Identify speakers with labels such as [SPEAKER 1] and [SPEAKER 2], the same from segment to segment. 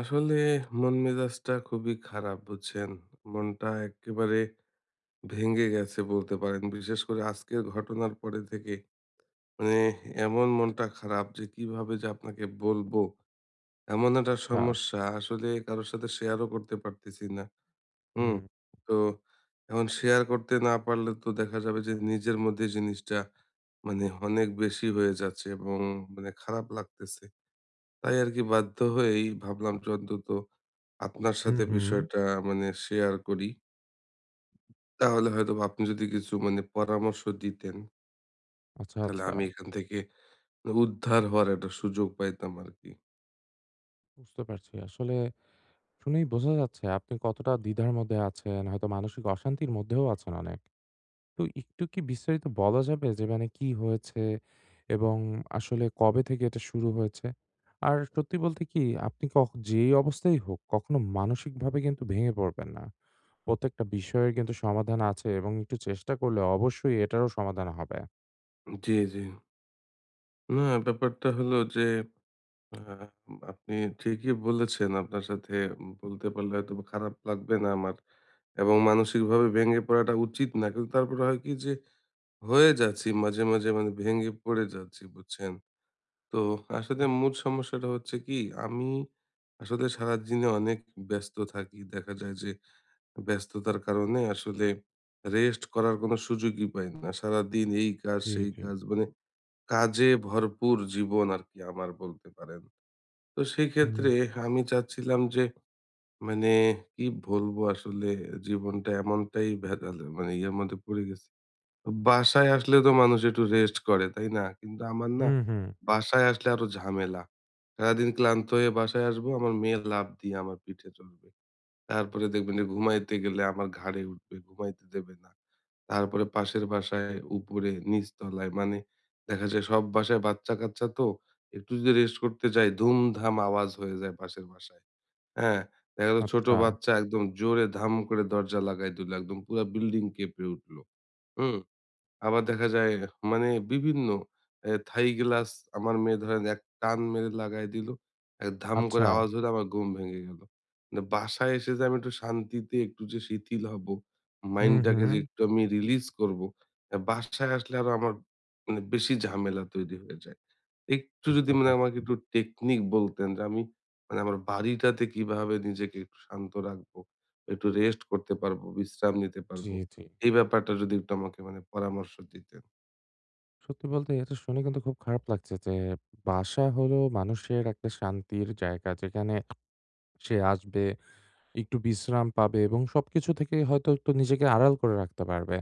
[SPEAKER 1] আসলে মন মেজাজটা খুবই খারাপ বুঝছেন। মনটা এক্কেবারে ভেঙে গেছে বলতে পারেন। বিশেষ করে আজকের ঘটনার পরে থেকে মানে এমন মনটা খারাপ যে কিভাবে যে আপনাকে বলবো। এমন একটা
[SPEAKER 2] আচ্ছা।
[SPEAKER 1] সমস্যা আসলে কারো সাথে শেয়ারও করতে পারতেছি না। হুম?
[SPEAKER 2] হুম,
[SPEAKER 1] তো এখন শেয়ার করতে না পারলে তো দেখা যাবে যে নিজের মধ্যে জিনিসটা অনেক বেশি হয়ে যাচ্ছে এবং খারাপ লাগতেছে। তাই আরকি বাধ্য হয়েই ভাবলাম যে অন্তত আপনার
[SPEAKER 2] হুম,
[SPEAKER 1] সাথে
[SPEAKER 2] হুম।
[SPEAKER 1] বিষয়টা শেয়ার করি। তাহলে হয়তোবা আপনি যদি কিছু পরামর্শ দিতেন,
[SPEAKER 2] আচ্ছা,
[SPEAKER 1] তাহলে
[SPEAKER 2] আচ্ছা।
[SPEAKER 1] আমি এখান থেকে উদ্ধার হওয়ার একটা সুযোগ পাইতাম আরকি।
[SPEAKER 2] বুঝতে পারছি। আসলে শুনেই বোঝা যাচ্ছে আপনি কতটা দ্বিধার মধ্যে আছেন। হয়তো মানসিক অশান্তির মধ্যেও আছেন অনেক। তো একটু কি বিস্তারিত বলা যাবে যে মানে কি হয়েছে এবং আসলে কবে থেকে এটা শুরু হয়েছে? আর সত্যি বলতে কি আপনি যেই অবস্থায় হোক কখনো মানসিকভাবে কিন্তু ভেঙে পড়বেন না। প্রত্যেকটা বিষয়ের কিন্তু সমাধান আছে এবং একটু চেষ্টা করলে অবশ্যই এটারও সমাধান হবে।
[SPEAKER 1] জি, জি। না, ব্যাপারটা হলো যে আ আপনি ঠিকই বলেছেন। আপনার সাথে বলতে পারলে হয়তোবা খারাপ লাগবে না আমার। এবং মানসিকভাবে ভেঙে পড়াটা উচিত না। কিন্তু তারপরে হয় কি যে হয়ে যাচ্ছি মাঝে, মাঝে ভেঙে পড়ে যাচ্ছি বুঝছেন? তো আসলে মূল সমস্যাটা হচ্ছে কি, আমি আসলে সারাদিনে অনেক ব্যস্ত থাকি। দেখা যায় যে ব্যস্ততার কারণে আসলে রেস্ট করার কোনো সুযোগই পাই না। সারাদিন এই কাজ
[SPEAKER 2] জি,
[SPEAKER 1] সেই
[SPEAKER 2] জি।
[SPEAKER 1] কাজ, কাজে ভরপুর জীবন আরকি আমার বলতে পারেন। তো
[SPEAKER 2] হুম,
[SPEAKER 1] সেক্ষেত্রে আমি চাচ্ছিলাম যে মানে কি বলবো আসলে, জীবনটা এমনটাই ভেজাল ইয়ের মধ্যে পড়ে গেছি। বাসায় আসলে তো মানুষ একটু রেস্ট করে, তাই না? কিন্তু আমার না
[SPEAKER 2] হুম, হুম।
[SPEAKER 1] বাসায় আসলে আরো ঝামেলা। সারাদিন ক্লান্ত হয়ে বাসায় আসবো, আমার মেয়ে লাফ দিয়ে আমার পিঠে চড়বে। তারপরে দেখবেন যে ঘুমাইতে গেলে আমার ঘাড়ে উঠবে, ঘুমাইতে দেবে না। তারপরে পাশের বাসায় উপরে নিচতলায় দেখা যায় সব বাসায় বাচ্চা-কাচ্চা তো একটু যদি রেস্ট করতে যাই ধুমধাম আওয়াজ হয়ে যায় পাশের বাসায়। হ্যাঁ? দেখা গেল ছোট
[SPEAKER 2] আচ্ছা,
[SPEAKER 1] বাচ্চা একদম জোরে ধাম করে দরজা লাগায় দিল। একদম পুরা বিল্ডিং কেঁপে উঠলো। হুম? আবার দেখা যায় বিভিন্ন থাই গ্লাস আমার মেয়ে ধরেন এক টান মেরে লাগায় দিল। এক ধাম
[SPEAKER 2] আচ্ছা।
[SPEAKER 1] করে আওয়াজ হলো, আমার ঘুম ভেঙে গেল। মানে বাসায় এসে যে আমি একটু শান্তিতে একটু যে শিথিল হব,
[SPEAKER 2] হুম,
[SPEAKER 1] মাইন্ডটাকে
[SPEAKER 2] হুম।
[SPEAKER 1] যে একটু আমি রিলিজ করব, বাসায় আসলে আরো আমার বেশি ঝামেলা তৈরি হয়ে যায়। একটু যদি
[SPEAKER 2] বুঝতে
[SPEAKER 1] আমাকে
[SPEAKER 2] পারছি।
[SPEAKER 1] একটু টেকনিক বলতেন যে আমি আমার বাড়িটাতে কিভাবে নিজেকে একটু শান্ত রাখবো? একটু রেস্ট করতে পারবো, বিশ্রাম নিতে
[SPEAKER 2] জি,
[SPEAKER 1] পারবো।
[SPEAKER 2] জি।
[SPEAKER 1] এই ব্যাপারটা যদি একটু আমাকে পরামর্শ দিতেন।
[SPEAKER 2] সত্যি বলতে এটা শুনে কিন্তু খুব খারাপ লাগছে যে বাসা হলো মানুষের একটা শান্তির জায়গা। যেখানে সে আসবে, একটু বিশ্রাম পাবে এবং সবকিছু থেকে হয়তো একটু নিজেকে আড়াল করে রাখতে পারবে।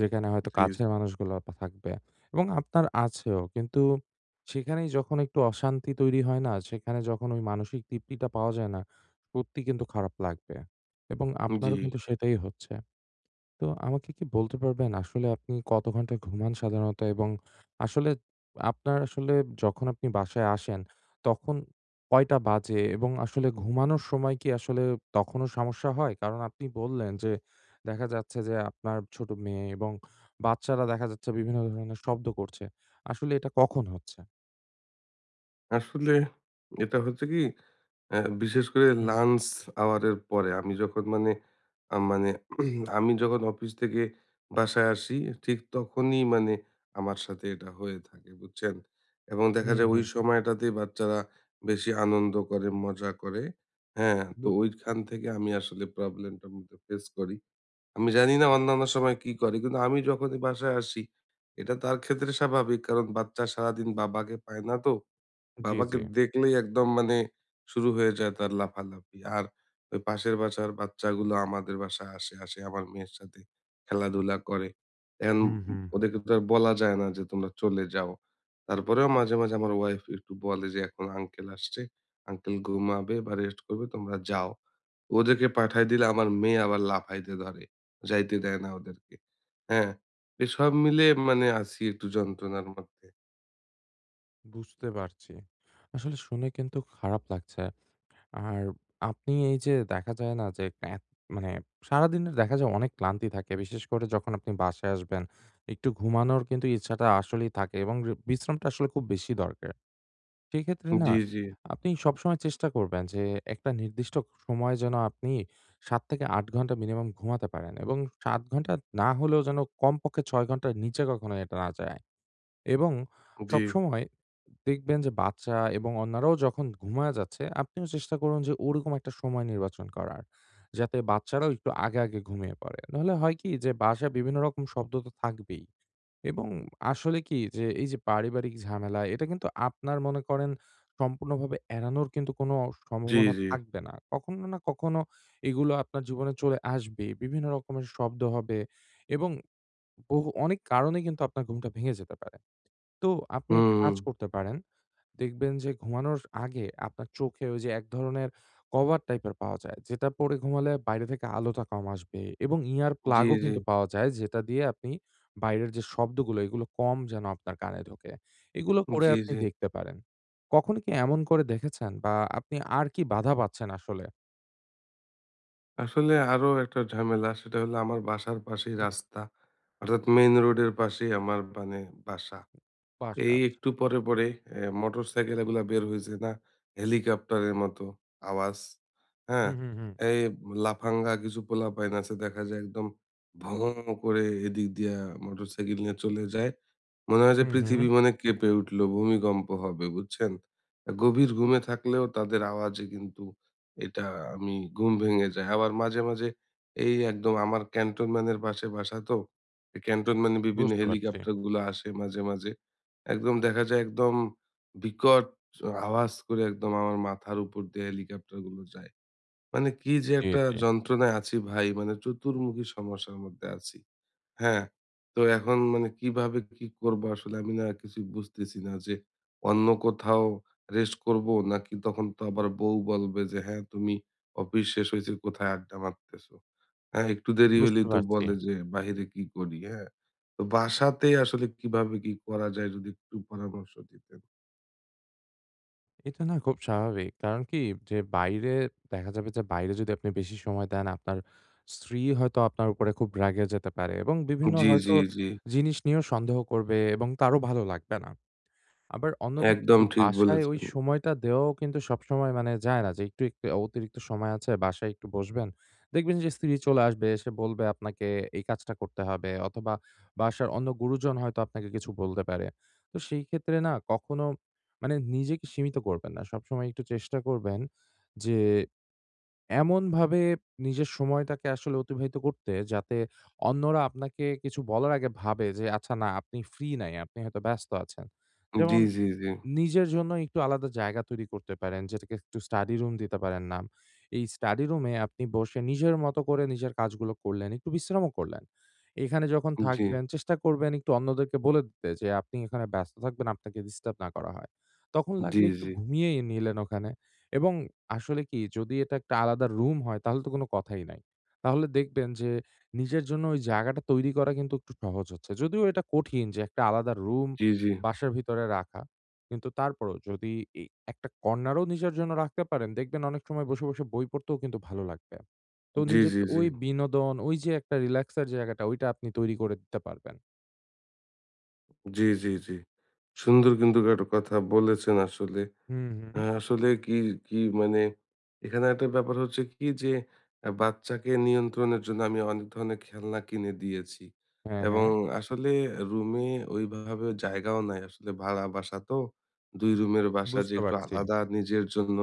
[SPEAKER 2] যেখানে হয়তো
[SPEAKER 1] জি, জি।
[SPEAKER 2] কাছের মানুষগুলো পা থাকবে এবং আপনার আছেও। কিন্তু সেখানেই যখন একটু অশান্তি তৈরি হয় না, সেখানে যখন ওই মানসিক তৃপ্তিটা পাওয়া যায় না, সত্যি কিন্তু খারাপ লাগবে এবং
[SPEAKER 1] জি।
[SPEAKER 2] আপনারও কিন্তু সেটাই হচ্ছে। তো আমাকে কি বলতে পারবেন আসলে আপনি কত ঘন্টা ঘুমান সাধারণত? এবং আসলে আপনার আসলে যখন আপনি বাসায় আসেন তখন কয়টা বাজে? এবং আসলে ঘুমানোর সময় কি আসলে তখনও সমস্যা হয়? কারণ আপনি বললেন যে দেখা যাচ্ছে যে আপনার ছোট মেয়ে এবং বাচ্চারা দেখা যাচ্ছে বিভিন্ন ধরনের শব্দ করছে। আসলে এটা কখন হচ্ছে?
[SPEAKER 1] আসলে এটা হচ্ছে কি, বিশেষ করে
[SPEAKER 2] হুম,
[SPEAKER 1] লাঞ্চ আওয়ার এর পরে আমি যখন আ মানে আমি যখন অফিস থেকে বাসায় আসি ঠিক তখনই আমার সাথে এটা হয়ে থাকে, বুঝছেন? এবং দেখা
[SPEAKER 2] হুম,
[SPEAKER 1] যায় ওই
[SPEAKER 2] হুম।
[SPEAKER 1] সময়টাতেই বাচ্চারা বেশি আনন্দ করে, মজা করে। হ্যাঁ? তো
[SPEAKER 2] বু
[SPEAKER 1] ওইখান থেকে আমি আসলে প্রবলেমটার মধ্যে ফেস করি। আমি জানি না অন্যান্য সময় কি করে? কিন্তু আমি যখনই বাসায় আসি এটা তার ক্ষেত্রে স্বাভাবিক। কারণ বাচ্চা সারাদিন বাবাকে পায় না তো।
[SPEAKER 2] জি, জি।
[SPEAKER 1] বাবাকে দেখলেই একদম শুরু হয়ে যায় তার লাফালাফি। আর ওই পাশের বাসার বাচ্চাগুলো আমাদের বাসায় আসে, আসে আমার মেয়ের সাথে খেলাধুলা করে। এখন
[SPEAKER 2] হুম, হুম, হুম।
[SPEAKER 1] ওদেরকে তো আর বলা যায় না যে তোমরা চলে যাও। তারপরেও মাঝে, মাঝে আমার ওয়াইফ একটু বলে যে, "এখন আঙ্কেল আসছে। আঙ্কেল ঘুমাবে বা রেস্ট করবে, তোমরা যাও।" ওদেরকে পাঠায় দিলে আমার মেয়ে আবার লাফাইতে ধরে। যাইতে দেয় না ওদেরকে। হ্যাঁ? এসব মিলে আছি একটু যন্ত্রণার মধ্যে।
[SPEAKER 2] বুঝতে পারছি। আসলে শুনে কিন্তু খারাপ লাগছে। আর আপনি এই যে দেখা যায় না যে মানে সারাদিনের দেখা যায় অনেক ক্লান্তি থাকে বিশেষ করে যখন আপনি বাসায় আসবেন একটু ঘুমানোর কিন্তু ইচ্ছাটা আসলেই থাকে এবং বিশ্রামটা আসলে খুব বেশি দরকার সেক্ষেত্রে না
[SPEAKER 1] জি, জি,
[SPEAKER 2] আপনি সবসময় চেষ্টা করবেন যে একটা নির্দিষ্ট সময় যেন আপনি 7 থেকে 8 ঘন্টা মিনিমাম ঘুমাতে পারেন এবং 7 ঘন্টা না হলেও যেন কমপক্ষে 6 ঘন্টার নিচে কখনো এটা না যায় এবং
[SPEAKER 1] জি,
[SPEAKER 2] সবসময় দেখবেন যে বাচ্চা এবং অন্যরাও যখন ঘুমায় যাচ্ছে, আপনিও চেষ্টা করুন যে ওরকম একটা সময় নির্বাচন করার। যাতে বাচ্চারাও একটু আগে, আগে ঘুমিয়ে পড়ে। নাহলে হয় কি যে বাসায় বিভিন্ন রকম শব্দ তো থাকবেই। এবং আসলে কি যে এই যে পারিবারিক ঝামেলা এটা কিন্তু আপনার মনে করেন সম্পূর্ণভাবে এড়ানোর কিন্তু কোনো
[SPEAKER 1] জি,
[SPEAKER 2] সম্ভাবনা
[SPEAKER 1] জি।
[SPEAKER 2] থাকবে না। কখনো না কখনো এগুলো আপনার জীবনে চলে আসবেই। বিভিন্ন রকমের শব্দ হবে এবং বহু অনেক কারণে কিন্তু আপনার ঘুমটা ভেঙে যেতে পারে। তো আপনি একটা
[SPEAKER 1] হুম,
[SPEAKER 2] কাজ করতে পারেন দেখবেন যে ঘুমানোর আগে আপনার চোখে ওই যে এক ধরনের কভার টাইপের পাওয়া যায়। যেটা পরে ঘুমালে বাইরে থেকে আলোটা কম আসবে এবং ইয়ার
[SPEAKER 1] জি,
[SPEAKER 2] প্লাগও
[SPEAKER 1] জি,
[SPEAKER 2] কিন্তু পাওয়া যায় যেটা দিয়ে আপনি বাইরের যে শব্দগুলো এগুলো কম যেন আপনার কানে ঢোকে। এগুলো করে
[SPEAKER 1] জি,
[SPEAKER 2] আপনি
[SPEAKER 1] জি।
[SPEAKER 2] দেখতে পারেন। কখনো কি এমন করে দেখেছেন বা আপনি আর কি বাধা পাচ্ছেন আসলে?
[SPEAKER 1] আসলে আরো একটা ঝামেলা সেটা হলো আমার বাসার পাশেই
[SPEAKER 2] হুম,
[SPEAKER 1] রাস্তা। অর্থাৎ মেইন রোডের পাশেই আমার বাসা।
[SPEAKER 2] বাসা
[SPEAKER 1] এই
[SPEAKER 2] আছে।
[SPEAKER 1] একটু পরে, পরে মোটরসাইকেল এগুলা বের হইছে না হেলিকপ্টারের মতো আওয়াজ। হ্যাঁ?
[SPEAKER 2] হুম, হুম, হুম।
[SPEAKER 1] এই লাফাঙ্গা কিছু পোলাপাইন আছে, দেখা যায় একদম ভোঁ করে এদিক দিয়া মোটরসাইকেল নিয়ে চলে যায়। মনে হয় যে
[SPEAKER 2] হুম, হুম।
[SPEAKER 1] পৃথিবী কেঁপে উঠলো, ভূমিকম্প হবে, বুঝছেন? গভীর ঘুমে থাকলেও তাদের আওয়াজে কিন্তু এটা আমি ঘুম ভেঙে যায়। আবার মাঝে, মাঝে এই একদম আমার ক্যান্টনমেন্টের পাশে বাসা তো। ক্যান্টনমেন্টে বিভিন্ন
[SPEAKER 2] বুঝতে পারছি।
[SPEAKER 1] হেলিকপ্টারগুলো আসে মাঝে, মাঝে। একদম দেখা যায় একদম বিকট আওয়াজ করে একদম আমার মাথার উপর দিয়ে হেলিকপ্টারগুলো যায়। মানে কি যে
[SPEAKER 2] জি,
[SPEAKER 1] একটা
[SPEAKER 2] জি।
[SPEAKER 1] যন্ত্রণায় আছি ভাই! মানে চতুর্মুখী সমস্যার মধ্যে আছি। হ্যাঁ, তো এখন কিভাবে কি করবো আসলে আমি না কিছুই বুঝতেছি না যে অন্য কোথাও রেস্ট করবো নাকি তখন তো আবার বউ বলবে যে, "হ্যাঁ, তুমি অফিস শেষ হয়েছে কোথায় আড্ডা মারতেছো?" হ্যাঁ, একটু দেরি
[SPEAKER 2] বুঝতে
[SPEAKER 1] হইলেই তো
[SPEAKER 2] পারছি।
[SPEAKER 1] বলে যে বাহিরে কি করি, হ্যাঁ? তো বাসাতেই আসলে কিভাবে কি করা যায় যদি একটু পরামর্শ দিতেন।
[SPEAKER 2] এটা না খুব স্বাভাবিক। কারণ কি যে বাইরে দেখা যাবে যে বাইরে যদি আপনি বেশি সময় দেন আপনার স্ত্রী হয়তো আপনার উপরে খুব রেগে যেতে পারে এবং বিভিন্ন
[SPEAKER 1] জি,
[SPEAKER 2] হয়তো
[SPEAKER 1] জি, জি।
[SPEAKER 2] জিনিস নিয়েও সন্দেহ করবে এবং তারও ভালো লাগবে না। আবার অন্যদিকে
[SPEAKER 1] একদম
[SPEAKER 2] কি
[SPEAKER 1] ঠিক
[SPEAKER 2] বাসায় ওই
[SPEAKER 1] বলেছেন।
[SPEAKER 2] সময়টা দেওয়াও কিন্তু সবসময় মানে যায় না যে একটু, একটু অতিরিক্ত সময় আছে বাসায় একটু বসবেন। দেখবেন যে স্ত্রী চলে আসবে, এসে বলবে আপনাকে এই কাজটা করতে হবে অথবা বাসার অন্য গুরুজন হয়তো আপনাকে কিছু বলতে পারে। তো সেই ক্ষেত্রে না কখনো মানে নিজেকে সীমিত করবেন না। সবসময় একটু চেষ্টা করবেন যে এমনভাবে নিজের সময়টাকে আসলে অতিবাহিত করতে যাতে অন্যরা আপনাকে কিছু বলার আগে ভাবে যে আচ্ছা না আপনি ফ্রি নাই, আপনি হয়তো ব্যস্ত আছেন। যেমন
[SPEAKER 1] জি, জি, জি।
[SPEAKER 2] নিজের জন্য একটু আলাদা জায়গা তৈরি করতে পারেন, যেটাকে একটু স্টাডি রুম দিতে পারেন নাম। এই স্টাডি রুমে আপনি বসে নিজের মতো করে নিজের কাজগুলো করলেন, একটু বিশ্রামও করলেন। এখানে যখন
[SPEAKER 1] জি,
[SPEAKER 2] থাকবেন চেষ্টা করবেন একটু অন্যদেরকে বলে দিতে যে আপনি এখানে ব্যস্ত থাকবেন, আপনাকে ডিস্টার্ব না করা হয়। তখন
[SPEAKER 1] জি,
[SPEAKER 2] লাগলে একটু
[SPEAKER 1] জি।
[SPEAKER 2] ঘুমিয়েই নিলেন ওখানে এবং আসলে কি যদি এটা একটা আলাদা রুম হয় তাহলে তো কোনো কথাই নাই। তাহলে দেখবেন যে নিজের জন্য ওই জায়গাটা তৈরি করা কিন্তু একটু সহজ হচ্ছে। যদিও এটা কঠিন যে একটা আলাদা রুম
[SPEAKER 1] জি, জি।
[SPEAKER 2] বাসার ভিতরে রাখা। কিন্তু তারপরও যদি এই একটা কর্নারও নিজের জন্য রাখতে পারেন, দেখবেন অনেক সময় বসে, বসে বই পড়তেও কিন্তু ভালো লাগবে। তো
[SPEAKER 1] জি, জি,
[SPEAKER 2] নিজেকে
[SPEAKER 1] জি।
[SPEAKER 2] ওই বিনোদন, ওই যে একটা রিল্যাক্স এর জায়গাটা, ওইটা আপনি তৈরি করে দিতে পারবেন।
[SPEAKER 1] জি, জি, জি। সুন্দর কিন্তু একটা কথা বলেছেন আসলে।
[SPEAKER 2] হুম, হুম।
[SPEAKER 1] আসলে কি, কি এখানে একটা ব্যাপার হচ্ছে কি যে বাচ্চাকে নিয়ন্ত্রণের জন্য আমি অনেক ধরনের খেলনা কিনে দিয়েছি।
[SPEAKER 2] হ্যাঁ,
[SPEAKER 1] এবং
[SPEAKER 2] হ্যাঁ।
[SPEAKER 1] আসলে রুমে ওইভাবে জায়গাও নাই। আসলে ভাড়া বাসা তো। ২ রুমের বাসা যে
[SPEAKER 2] বুঝতে
[SPEAKER 1] একটু
[SPEAKER 2] পারছি।
[SPEAKER 1] আলাদা নিজের জন্য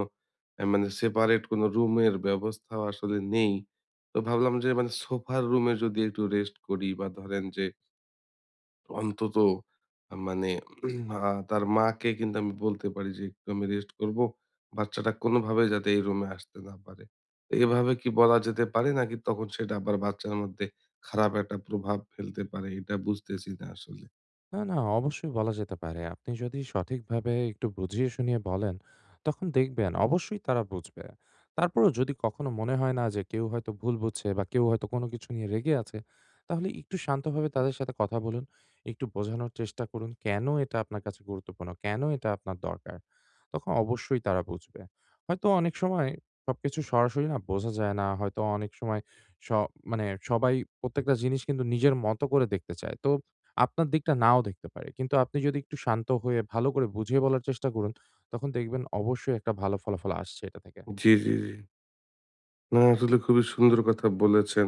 [SPEAKER 1] সেপারেট কোনো রুমের ব্যবস্থাও আসলে নেই। তো ভাবলাম যে সোফার রুমে যদি একটু রেস্ট করি বা ধরেন যে অন্তত মানে আ তার মাকে কিন্তু আমি বলতে পারি যে, "একটু আমি রেস্ট করবো। বাচ্চাটা কোনোভাবে যাতে এই রুমে আসতে না পারে।" তো এভাবে কি বলা যেতে পারে? নাকি তখন সেটা আবার বাচ্চার মধ্যে খারাপ একটা প্রভাব ফেলতে পারে? এটা বুঝতেছি না আসলে।
[SPEAKER 2] না, না অবশ্যই বলা যেতে পারে। আপনি যদি সঠিকভাবে একটু বুঝিয়ে শুনিয়ে বলেন, তখন দেখবেন অবশ্যই তারা বুঝবে। তারপরেও যদি কখনো মনে হয় না যে কেউ হয়তো ভুল বুঝছে বা কেউ হয়তো কোনো কিছু নিয়ে রেগে আছে, তাহলে একটু শান্তভাবে তাদের সাথে কথা বলুন। একটু বোঝানোর চেষ্টা করুন কেন এটা আপনার কাছে গুরুত্বপূর্ণ, কেন এটা আপনার দরকার। তখন অবশ্যই তারা বুঝবে। হয়তো অনেক সময় সবকিছু সরাসরি না বোঝা যায় না। হয়তো অনেক সময় স মানে সবাই প্রত্যেকটা জিনিস কিন্তু নিজের মতো করে দেখতে চায়। তো আপনার দিকটা নাও দেখতে পারে। কিন্তু আপনি যদি একটু শান্ত হয়ে ভালো করে বুঝিয়ে বলার চেষ্টা করুন, তখন দেখবেন অবশ্যই একটা ভালো ফলাফল আসছে এটা থেকে।
[SPEAKER 1] জি, জি, জি। না আসলে খুবই সুন্দর কথা বলেছেন।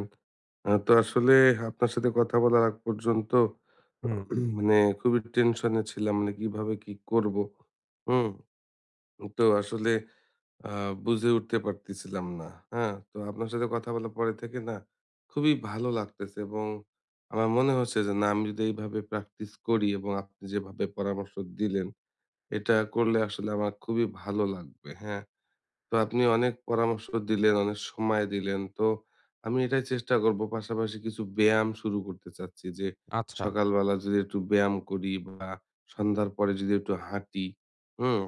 [SPEAKER 1] তো আসলে আপনার সাথে কথা বলার আগ পর্যন্ত
[SPEAKER 2] হুম,
[SPEAKER 1] মানে খুবই টেনশনে ছিলাম। মানে কিভাবে কি করব? হুম? তো আসলে আ বুঝে উঠতে পারতেছিলাম না। হ্যাঁ? তো আপনার সাথে কথা বলার পরে থেকে না খুবই ভালো লাগতেছে এবং আমার মনে হচ্ছে যে না আমি যদি এইভাবে প্র্যাকটিস করি এবং আপনি যেভাবে পরামর্শ দিলেন, এটা করলে আসলে আমার খুবই ভালো লাগবে। হ্যাঁ? তো আপনি অনেক পরামর্শ দিলেন, অনেক সময় দিলেন। তো আমি এটাই চেষ্টা করব, পাশাপাশি কিছু ব্যায়াম শুরু করতে চাচ্ছি যে
[SPEAKER 2] আচ্ছা।
[SPEAKER 1] সকালবেলা যদি একটু ব্যায়াম করি বা সন্ধ্যার পরে যদি একটু হাঁটি। হুম?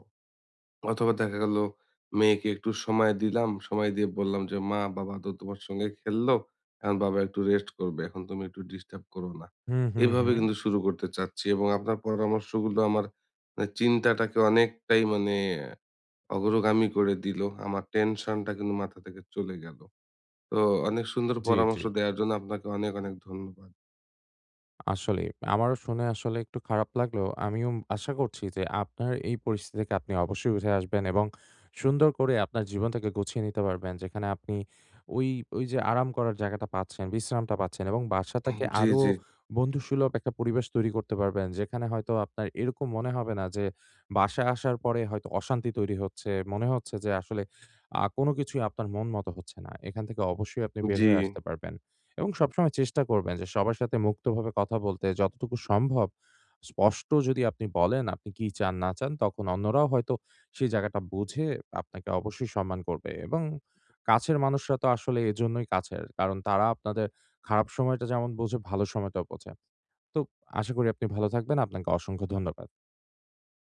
[SPEAKER 1] অথবা দেখা গেল মেয়েকে একটু সময় দিলাম, সময় দিয়ে বললাম যে, "মা, বাবা তো তোমার সঙ্গে খেললো। এখন বাবা একটু রেস্ট করবে। এখন তুমি একটু ডিস্টার্ব করো না।"
[SPEAKER 2] হুম, হুম,
[SPEAKER 1] এভাবে
[SPEAKER 2] হুম।
[SPEAKER 1] কিন্তু শুরু করতে চাচ্ছি এবং আপনার পরামর্শগুলো আমার চিন্তাটাকে অনেকটাই অগ্রগামী করে দিল। আমার টেনশনটা কিন্তু মাথা থেকে চলে গেল। তো অনেক সুন্দর
[SPEAKER 2] জি, জি।
[SPEAKER 1] পরামর্শ দেওয়ার জন্য আপনাকে অনেক, অনেক ধন্যবাদ।
[SPEAKER 2] আসলেই। আমারও শুনে আসলে একটু খারাপ লাগলেও আমিও আশা করছি যে আপনার এই পরিস্থিতি থেকে আপনি অবশ্যই উঠে আসবেন এবং সুন্দর করে আপনার জীবনটাকে গুছিয়ে নিতে পারবেন। যেখানে আপনি ওই, ওই যে আরাম করার জায়গাটা পাচ্ছেন, বিশ্রামটা পাচ্ছেন এবং বাসাটাকে
[SPEAKER 1] জি,
[SPEAKER 2] আরো
[SPEAKER 1] জি,
[SPEAKER 2] বন্ধুসুলভ একটা পরিবেশ তৈরি করতে পারবেন। যেখানে হয়তো আপনার এরকম মনে হবে না যে বাসায় আসার পরে হয়তো অশান্তি তৈরি হচ্ছে। মনে হচ্ছে যে আসলে কোনো কিছুই আপনার মন মতো হচ্ছে না। এখান থেকে অবশ্যই আপনি বের
[SPEAKER 1] জি।
[SPEAKER 2] হয়ে আসতে পারবেন। এবং সবসময় চেষ্টা করবেন যে সবার সাথে মুক্তভাবে কথা বলতে যতটুকু সম্ভব স্পষ্ট যদি আপনি বলেন আপনি কি চান না চান তখন অন্যরাও হয়তো সেই জায়গাটা বুঝে আপনাকে অবশ্যই সম্মান করবে এবং কাছের মানুষরা তো আসলে এজন্যই কাছের কারণ তারা আপনাদের খারাপ সময়টা যেমন বোঝে ভালো সময়টাও বোঝে তো আশা করি আপনি ভালো থাকবেন আপনাকে অসংখ্য ধন্যবাদ